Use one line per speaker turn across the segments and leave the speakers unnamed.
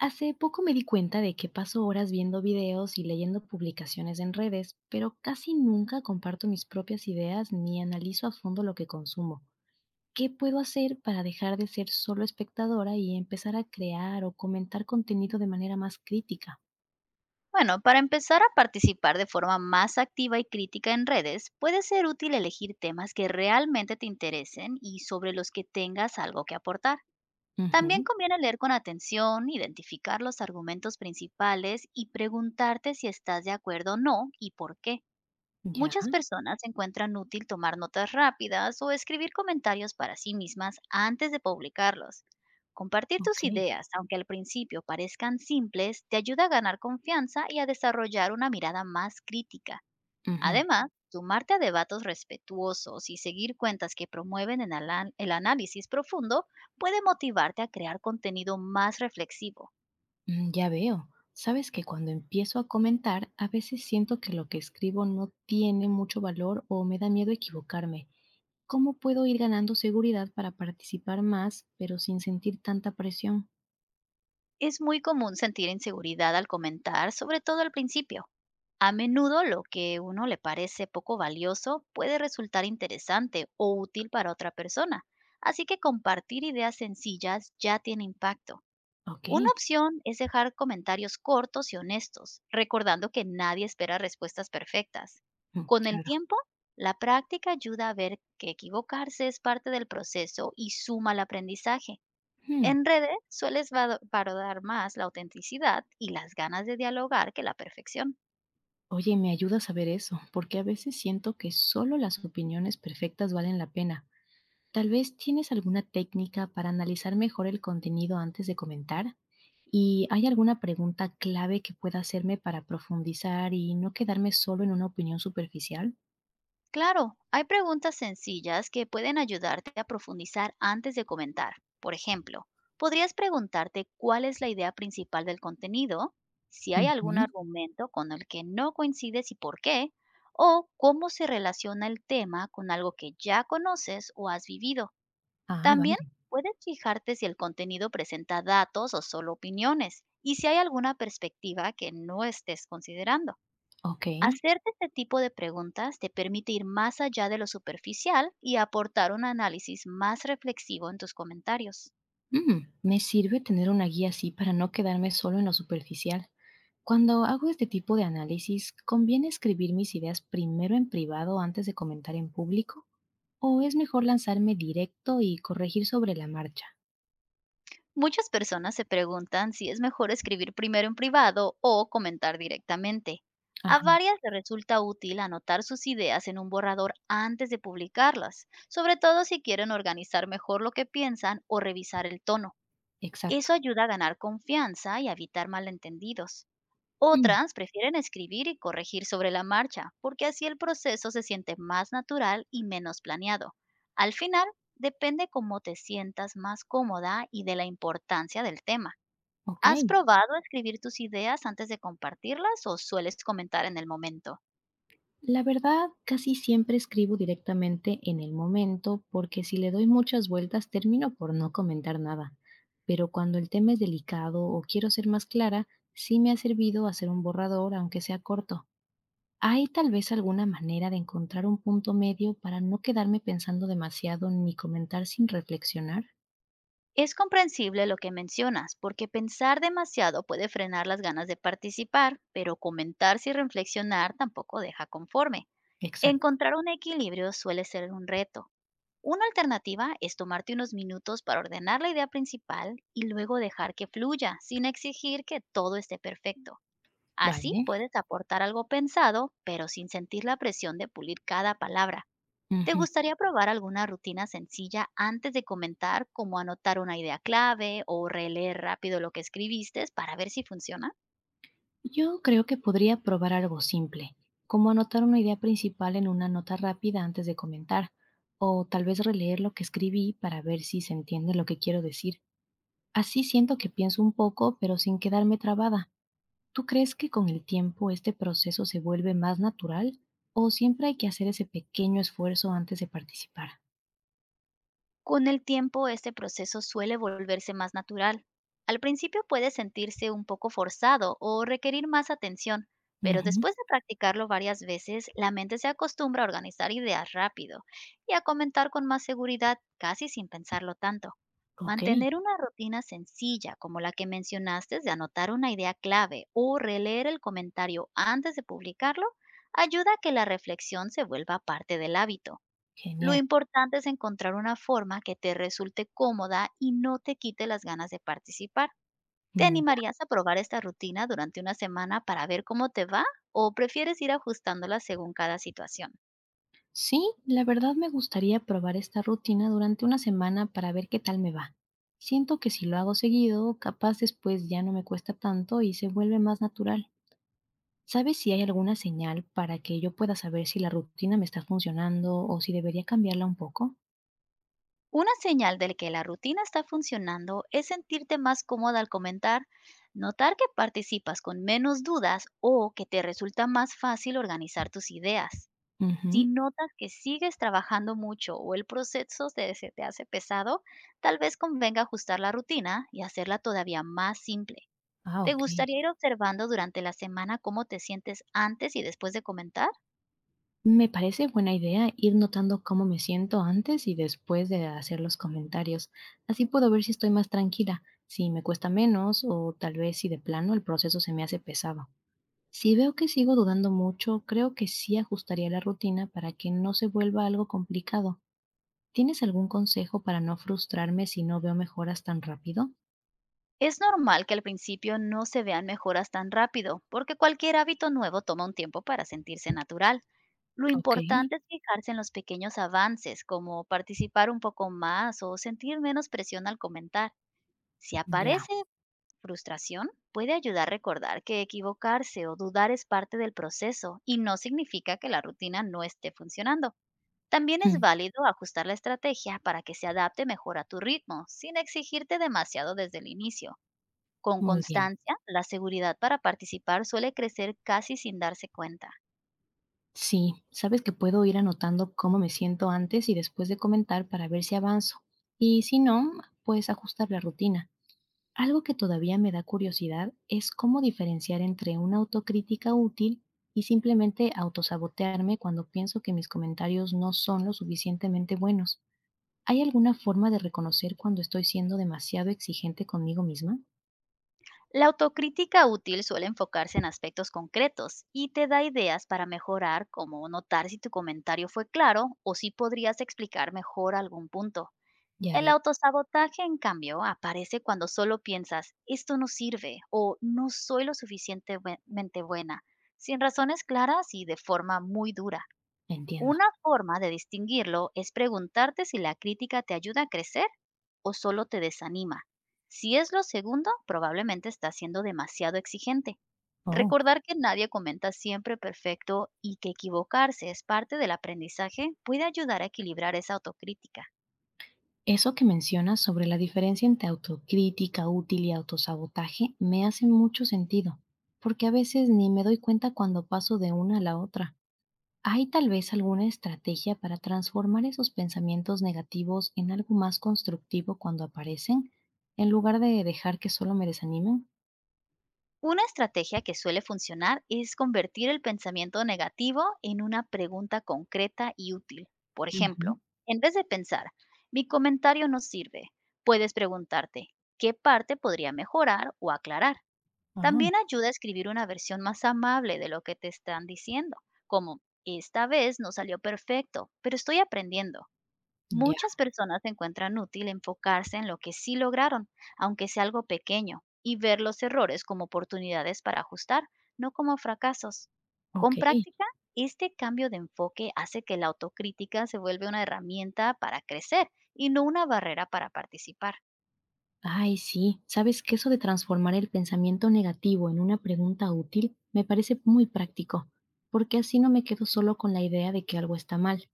Hace poco me di cuenta de que paso horas viendo videos y leyendo publicaciones en redes, pero casi nunca comparto mis propias ideas ni analizo a fondo lo que consumo. ¿Qué puedo hacer para dejar de ser solo espectadora y empezar a crear o comentar contenido de manera más crítica?
Bueno, para empezar a participar de forma más activa y crítica en redes, puede ser útil elegir temas que realmente te interesen y sobre los que tengas algo que aportar.
Ujú.
También conviene leer con atención, identificar los argumentos principales y preguntarte si estás de acuerdo o no y por qué.
Ya.
Muchas personas encuentran útil tomar notas rápidas o escribir comentarios para sí mismas antes de publicarlos. Compartir
Ok.
tus ideas, aunque al principio parezcan simples, te ayuda a ganar confianza y a desarrollar una mirada más crítica.
Ujú.
Además, sumarte a debates respetuosos y seguir cuentas que promueven el análisis profundo puede motivarte a crear contenido más reflexivo.
Ya veo. Sabes que cuando empiezo a comentar, a veces siento que lo que escribo no tiene mucho valor o me da miedo equivocarme. ¿Cómo puedo ir ganando seguridad para participar más, pero sin sentir tanta presión?
Es muy común sentir inseguridad al comentar, sobre todo al principio. A menudo lo que uno le parece poco valioso puede resultar interesante o útil para otra persona, así que compartir ideas sencillas ya tiene impacto.
Ok.
Una opción es dejar comentarios cortos y honestos, recordando que nadie espera respuestas perfectas.
mm,
Con el
claro.
tiempo, la práctica ayuda a ver que equivocarse es parte del proceso y suma al aprendizaje.
Hmm.
En redes sueles valorar más la autenticidad y las ganas de dialogar que la perfección.
Oye, me ayuda a saber eso, porque a veces siento que solo las opiniones perfectas valen la pena. Tal vez tienes alguna técnica para analizar mejor el contenido antes de comentar. ¿Y hay alguna pregunta clave que pueda hacerme para profundizar y no quedarme solo en una opinión superficial?
Claro, hay preguntas sencillas que pueden ayudarte a profundizar antes de comentar. Por ejemplo, podrías preguntarte cuál es la idea principal del contenido, si hay algún
Ujú.
argumento con el que no coincides y por qué, o cómo se relaciona el tema con algo que ya conoces o has vivido.
Ah,
También
vale.
puedes fijarte si el contenido presenta datos o solo opiniones y si hay alguna perspectiva que no estés considerando.
Ok.
Hacerte este tipo de preguntas te permite ir más allá de lo superficial y aportar un análisis más reflexivo en tus comentarios.
Me sirve tener una guía así para no quedarme solo en lo superficial. Cuando hago este tipo de análisis, ¿conviene escribir mis ideas primero en privado antes de comentar en público? ¿O es mejor lanzarme directo y corregir sobre la marcha?
Muchas personas se preguntan si es mejor escribir primero en privado o comentar directamente. A
Ah,
varias les resulta útil anotar sus ideas en un borrador antes de publicarlas, sobre todo si quieren organizar mejor lo que piensan o revisar el tono.
exacto.
Eso ayuda a ganar confianza y a evitar malentendidos.
Mm,
Otras prefieren escribir y corregir sobre la marcha, porque así el proceso se siente más natural y menos planeado. Al final, depende cómo te sientas más cómoda y de la importancia del tema.
ok.
¿Has probado escribir tus ideas antes de compartirlas o sueles comentar en el momento?
La verdad, casi siempre escribo directamente en el momento porque si le doy muchas vueltas termino por no comentar nada. Pero cuando el tema es delicado o quiero ser más clara, sí me ha servido hacer un borrador, aunque sea corto. ¿Hay tal vez alguna manera de encontrar un punto medio para no quedarme pensando demasiado ni comentar sin reflexionar?
Es comprensible lo que mencionas, porque pensar demasiado puede frenar las ganas de participar, pero comentar sin reflexionar tampoco deja conforme.
Exacto.
Encontrar un equilibrio suele ser un reto. Una alternativa es tomarte unos minutos para ordenar la idea principal y luego dejar que fluya, sin exigir que todo esté perfecto. Así
Vale.
puedes aportar algo pensado, pero sin sentir la presión de pulir cada palabra. ¿Te
Ujú.
gustaría probar alguna rutina sencilla antes de comentar, como anotar una idea clave o releer rápido lo que escribiste para ver si funciona?
Yo creo que podría probar algo simple, como anotar una idea principal en una nota rápida antes de comentar, o tal vez releer lo que escribí para ver si se entiende lo que quiero decir. Así siento que pienso un poco, pero sin quedarme trabada. ¿Tú crees que con el tiempo este proceso se vuelve más natural o siempre hay que hacer ese pequeño esfuerzo antes de participar?
Con el tiempo, este proceso suele volverse más natural. Al principio puede sentirse un poco forzado o requerir más atención, pero
Ujú.
después de practicarlo varias veces, la mente se acostumbra a organizar ideas rápido y a comentar con más seguridad, casi sin pensarlo tanto.
Ok.
Mantener una rutina sencilla como la que mencionaste de anotar una idea clave o releer el comentario antes de publicarlo ayuda a que la reflexión se vuelva parte del hábito. Lo
Genial.
importante es encontrar una forma que te resulte cómoda y no te quite las ganas de participar. ¿Te animarías a probar esta rutina durante una semana para ver cómo te va o prefieres ir ajustándola según cada situación?
Sí, la verdad me gustaría probar esta rutina durante una semana para ver qué tal me va. Siento que si lo hago seguido, capaz después ya no me cuesta tanto y se vuelve más natural. ¿Sabes si hay alguna señal para que yo pueda saber si la rutina me está funcionando o si debería cambiarla un poco?
Una señal de que la rutina está funcionando es sentirte más cómoda al comentar, notar que participas con menos dudas o que te resulta más fácil organizar tus ideas. Si
Ujú.
notas que sigues trabajando mucho o el proceso se te hace pesado, tal vez convenga ajustar la rutina y hacerla todavía más simple.
Ah,
¿Te
ok.
gustaría ir observando durante la semana cómo te sientes antes y después de comentar?
Me parece buena idea ir notando cómo me siento antes y después de hacer los comentarios. Así puedo ver si estoy más tranquila, si me cuesta menos o tal vez si de plano el proceso se me hace pesado. Si veo que sigo dudando mucho, creo que sí ajustaría la rutina para que no se vuelva algo complicado. ¿Tienes algún consejo para no frustrarme si no veo mejoras tan rápido?
Es normal que al principio no se vean mejoras tan rápido, porque cualquier hábito nuevo toma un tiempo para sentirse natural. Lo
Ok.
importante es fijarse en los pequeños avances, como participar un poco más o sentir menos presión al comentar. Si
Ya.
aparece frustración, puede ayudar a recordar que equivocarse o dudar es parte del proceso y no significa que la rutina no esté funcionando. También es
Mm,
válido ajustar la estrategia para que se adapte mejor a tu ritmo, sin exigirte demasiado desde el inicio. Con
Muy bien.
constancia, la seguridad para participar suele crecer casi sin darse cuenta.
Sí, sabes que puedo ir anotando cómo me siento antes y después de comentar para ver si avanzo. Y si no, pues ajustar la rutina. Algo que todavía me da curiosidad es cómo diferenciar entre una autocrítica útil y simplemente autosabotearme cuando pienso que mis comentarios no son lo suficientemente buenos. ¿Hay alguna forma de reconocer cuando estoy siendo demasiado exigente conmigo misma?
La autocrítica útil suele enfocarse en aspectos concretos y te da ideas para mejorar, como notar si tu comentario fue claro o si podrías explicar mejor algún punto.
Ya
El
veo,
autosabotaje, en cambio, aparece cuando solo piensas, esto no sirve o no soy lo suficientemente buena, sin razones claras y de forma muy dura.
entiendo.
Una forma de distinguirlo es preguntarte si la crítica te ayuda a crecer o solo te desanima. Si es lo segundo, probablemente estás siendo demasiado exigente.
Oh,
Recordar que nadie comenta siempre perfecto y que equivocarse es parte del aprendizaje puede ayudar a equilibrar esa autocrítica.
eso que mencionas sobre la diferencia entre autocrítica útil y autosabotaje me hace mucho sentido, porque a veces ni me doy cuenta cuando paso de una a la otra. ¿Hay tal vez alguna estrategia para transformar esos pensamientos negativos en algo más constructivo cuando aparecen, en lugar de dejar que solo me desanimen?
Una estrategia que suele funcionar es convertir el pensamiento negativo en una pregunta concreta y útil. Por ejemplo,
Ujú.
en vez de pensar, mi comentario no sirve, puedes preguntarte, ¿qué parte podría mejorar o aclarar?
Ah,
También ayuda a escribir una versión más amable de lo que te están diciendo, como, esta vez no salió perfecto, pero estoy aprendiendo.
ya.
Muchas personas encuentran útil enfocarse en lo que sí lograron, aunque sea algo pequeño, y ver los errores como oportunidades para ajustar, no como fracasos.
Ok.
Con práctica, este cambio de enfoque hace que la autocrítica se vuelva una herramienta para crecer y no una barrera para participar.
Ay, sí. ¿Sabes que eso de transformar el pensamiento negativo en una pregunta útil me parece muy práctico? Porque así no me quedo solo con la idea de que algo está mal.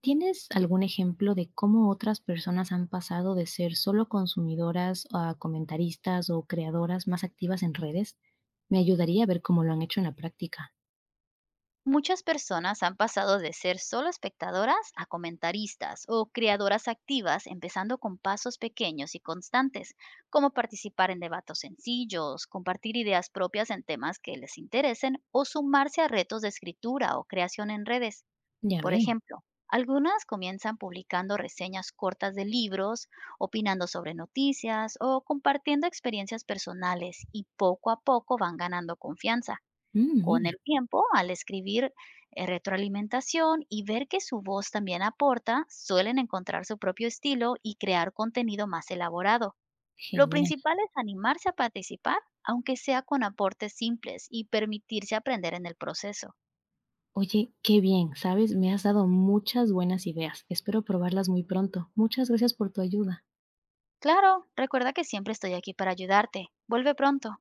¿Tienes algún ejemplo de cómo otras personas han pasado de ser solo consumidoras a comentaristas o creadoras más activas en redes? Me ayudaría a ver cómo lo han hecho en la práctica.
Muchas personas han pasado de ser solo espectadoras a comentaristas o creadoras activas, empezando con pasos pequeños y constantes, como participar en debates sencillos, compartir ideas propias en temas que les interesen o sumarse a retos de escritura o creación en redes.
Ya
Por
veo.
ejemplo, algunas comienzan publicando reseñas cortas de libros, opinando sobre noticias o compartiendo experiencias personales y poco a poco van ganando confianza. Con
Mira,
el tiempo, al escribir retroalimentación y ver que su voz también aporta, suelen encontrar su propio estilo y crear contenido más elaborado. Lo
genial.
principal es animarse a participar, aunque sea con aportes simples, y permitirse aprender en el proceso.
Oye, qué bien, ¿sabes? Me has dado muchas buenas ideas. Espero probarlas muy pronto. Muchas gracias por tu ayuda.
Claro, recuerda que siempre estoy aquí para ayudarte. Vuelve pronto.